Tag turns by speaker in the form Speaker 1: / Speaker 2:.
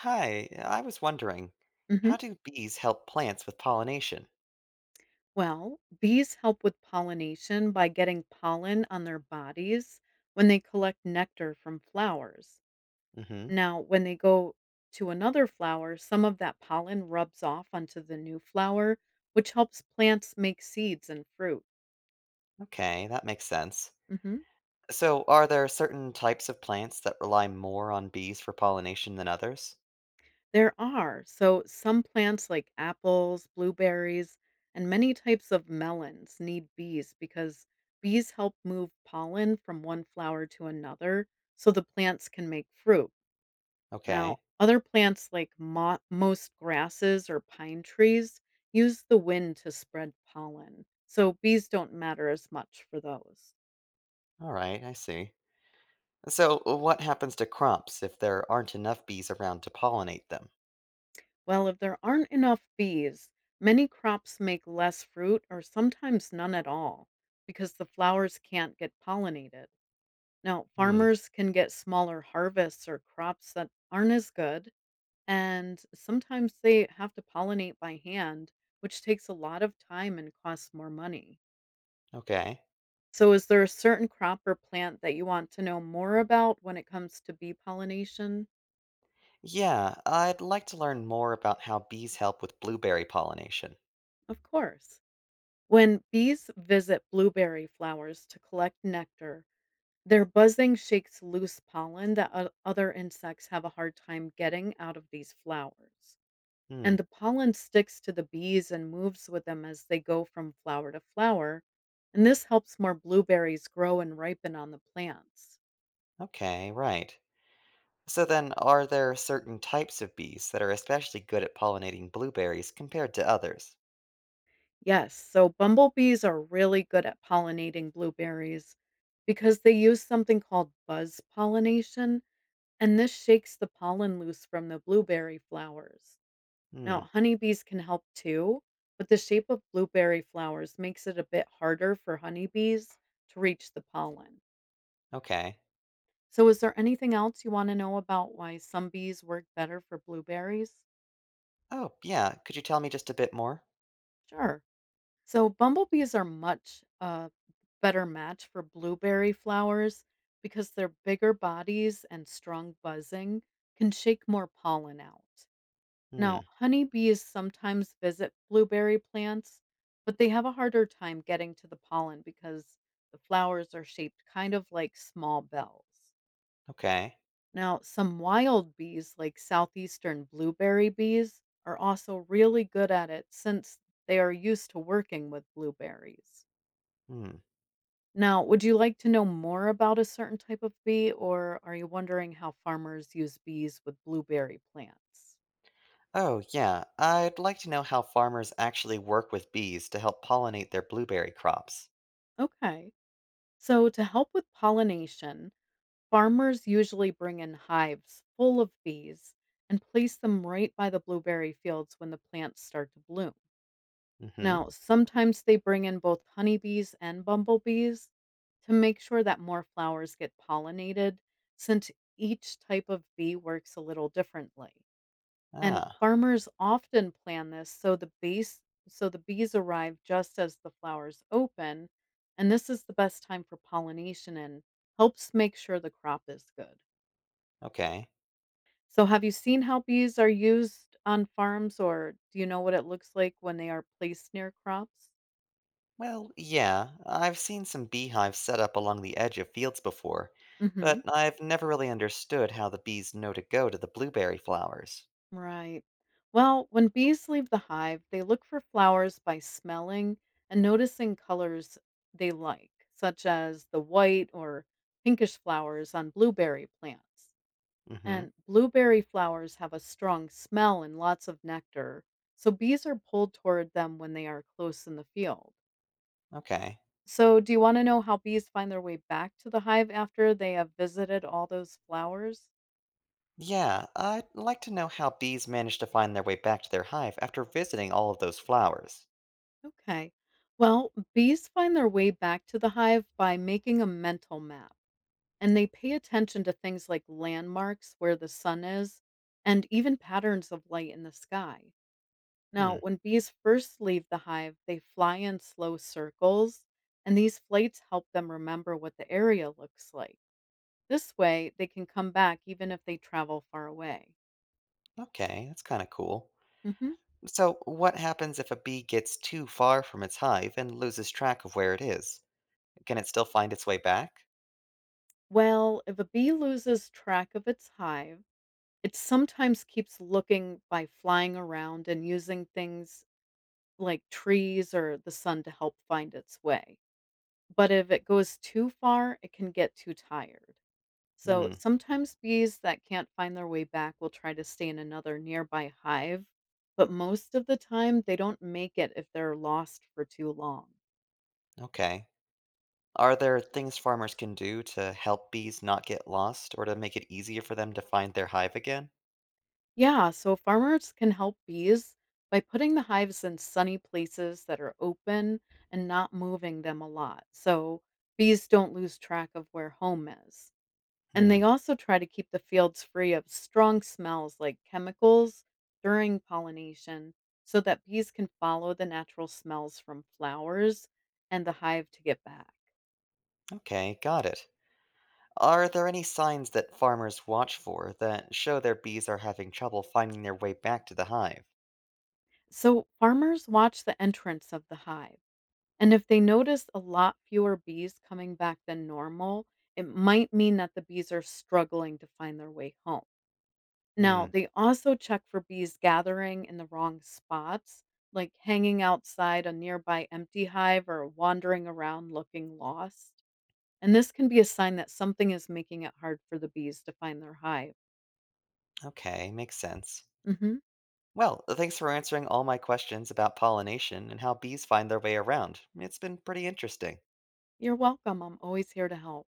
Speaker 1: Hi, I was wondering,
Speaker 2: hmm
Speaker 1: how do bees help plants with pollination?
Speaker 2: Well, bees help with pollination by getting pollen on their bodies when they collect nectar from flowers.
Speaker 1: Hmm.
Speaker 2: Now, when they go to another flower, some of that pollen rubs off onto the new flower, which helps plants make seeds and fruit.
Speaker 1: Okay, that makes sense.
Speaker 2: hmm
Speaker 1: So, are there certain types of plants that rely more on bees for pollination than others?
Speaker 2: There are, so some plants like apples, blueberries, and many types of melons need bees because bees help move pollen from one flower to another so the plants can make fruit. Now,
Speaker 1: Okay,
Speaker 2: other plants like most grasses or pine trees use the wind to spread pollen, so bees don't matter as much for those.
Speaker 1: all right, I see. So, what happens to crops if there aren't enough bees around to pollinate them?
Speaker 2: Well, if there aren't enough bees, many crops make less fruit or sometimes none at all because the flowers can't get pollinated. Now,
Speaker 1: Hmm,
Speaker 2: farmers can get smaller harvests or crops that aren't as good, and sometimes they have to pollinate by hand, which takes a lot of time and costs more money.
Speaker 1: okay.
Speaker 2: So, is there a certain crop or plant that you want to know more about when it comes to bee pollination?
Speaker 1: Yeah, I'd like to learn more about how bees help with blueberry pollination.
Speaker 2: Of course. When bees visit blueberry flowers to collect nectar, their buzzing shakes loose pollen that other insects have a hard time getting out of these flowers.
Speaker 1: Hmm,
Speaker 2: And the pollen sticks to the bees and moves with them as they go from flower to flower. And this helps more blueberries grow and ripen on the plants.
Speaker 1: okay, right. So then, are there certain types of bees that are especially good at pollinating blueberries compared to others?
Speaker 2: Yes, so bumblebees are really good at pollinating blueberries because they use something called buzz pollination, and this shakes the pollen loose from the blueberry flowers. Now,
Speaker 1: Hmm,
Speaker 2: honeybees can help too, but the shape of blueberry flowers makes it a bit harder for honeybees to reach the pollen.
Speaker 1: okay.
Speaker 2: So, is there anything else you want to know about why some bees work better for blueberries?
Speaker 1: Oh, yeah, could you tell me just a bit more?
Speaker 2: Sure. So bumblebees are much better match for blueberry flowers because their bigger bodies and strong buzzing can shake more pollen out. Now,
Speaker 1: Hmm,
Speaker 2: honeybees sometimes visit blueberry plants, but they have a harder time getting to the pollen because the flowers are shaped kind of like small bells.
Speaker 1: okay.
Speaker 2: Now, some wild bees, like southeastern blueberry bees, are also really good at it since they are used to working with blueberries.
Speaker 1: Hmm.
Speaker 2: Now, would you like to know more about a certain type of bee, or are you wondering how farmers use bees with blueberry plants?
Speaker 1: Oh, yeah, I'd like to know how farmers actually work with bees to help pollinate their blueberry crops.
Speaker 2: Okay, so to help with pollination, farmers usually bring in hives full of bees and place them right by the blueberry fields when the plants start to bloom.
Speaker 1: Mm-hmm.
Speaker 2: Now, sometimes they bring in both honeybees and bumblebees to make sure that more flowers get pollinated, since each type of bee works a little differently. And
Speaker 1: Ah,
Speaker 2: farmers often plan this so the bees arrive just as the flowers open, and this is the best time for pollination and helps make sure the crop is good.
Speaker 1: okay.
Speaker 2: So have you seen how bees are used on farms or do you know what it looks like when they are placed near crops?
Speaker 1: Well, yeah, I've seen some beehives set up along the edge of fields before, but
Speaker 2: Mhm.
Speaker 1: I've never really understood how the bees know to go to the blueberry flowers.
Speaker 2: Right. Well, when bees leave the hive, they look for flowers by smelling and noticing colors they like, such as the white or pinkish flowers on blueberry plants.
Speaker 1: Mm-hmm.
Speaker 2: And blueberry flowers have a strong smell and lots of nectar, so bees are pulled toward them when they are close in the field.
Speaker 1: Okay.
Speaker 2: So, do you want to know how bees find their way back to the hive after they have visited all those flowers?
Speaker 1: Yeah, I'd like to know how bees manage to find their way back to their hive after visiting all of those flowers.
Speaker 2: Okay. Well, bees find their way back to the hive by making a mental map, and they pay attention to things like landmarks where the sun is and even patterns of light in the sky. Now,
Speaker 1: Hmm,
Speaker 2: when bees first leave the hive, they fly in slow circles, and these flights help them remember what the area looks like. This way, they can come back even if they travel far away.
Speaker 1: okay, that's kind of cool.
Speaker 2: Mhm.
Speaker 1: So, what happens if a bee gets too far from its hive and loses track of where it is? Can it still find its way back?
Speaker 2: Well, if a bee loses track of its hive, it sometimes keeps looking by flying around and using things like trees or the sun to help find its way. But if it goes too far, it can get too tired. So
Speaker 1: Hmm,
Speaker 2: sometimes bees that can't find their way back will try to stay in another nearby hive, but most of the time they don't make it if they're lost for too long.
Speaker 1: okay. Are there things farmers can do to help bees not get lost or to make it easier for them to find their hive again?
Speaker 2: Yeah, so farmers can help bees by putting the hives in sunny places that are open and not moving them a lot. So bees don't lose track of where home is. And they
Speaker 1: Hmm,
Speaker 2: also try to keep the fields free of strong smells like chemicals during pollination so that bees can follow the natural smells from flowers and the hive to get back.
Speaker 1: okay, got it. Are there any signs that farmers watch for that show their bees are having trouble finding their way back to the hive?
Speaker 2: So farmers watch the entrance of the hive, and if they notice a lot fewer bees coming back than normal, it might mean that the bees are struggling to find their way home. Now,
Speaker 1: Hmm,
Speaker 2: they also check for bees gathering in the wrong spots, like hanging outside a nearby empty hive or wandering around looking lost. And this can be a sign that something is making it hard for the bees to find their hive.
Speaker 1: okay, makes sense.
Speaker 2: hmm
Speaker 1: Well, thanks for answering all my questions about pollination and how bees find their way around. It's been pretty interesting.
Speaker 2: You're welcome. I'm always here to help.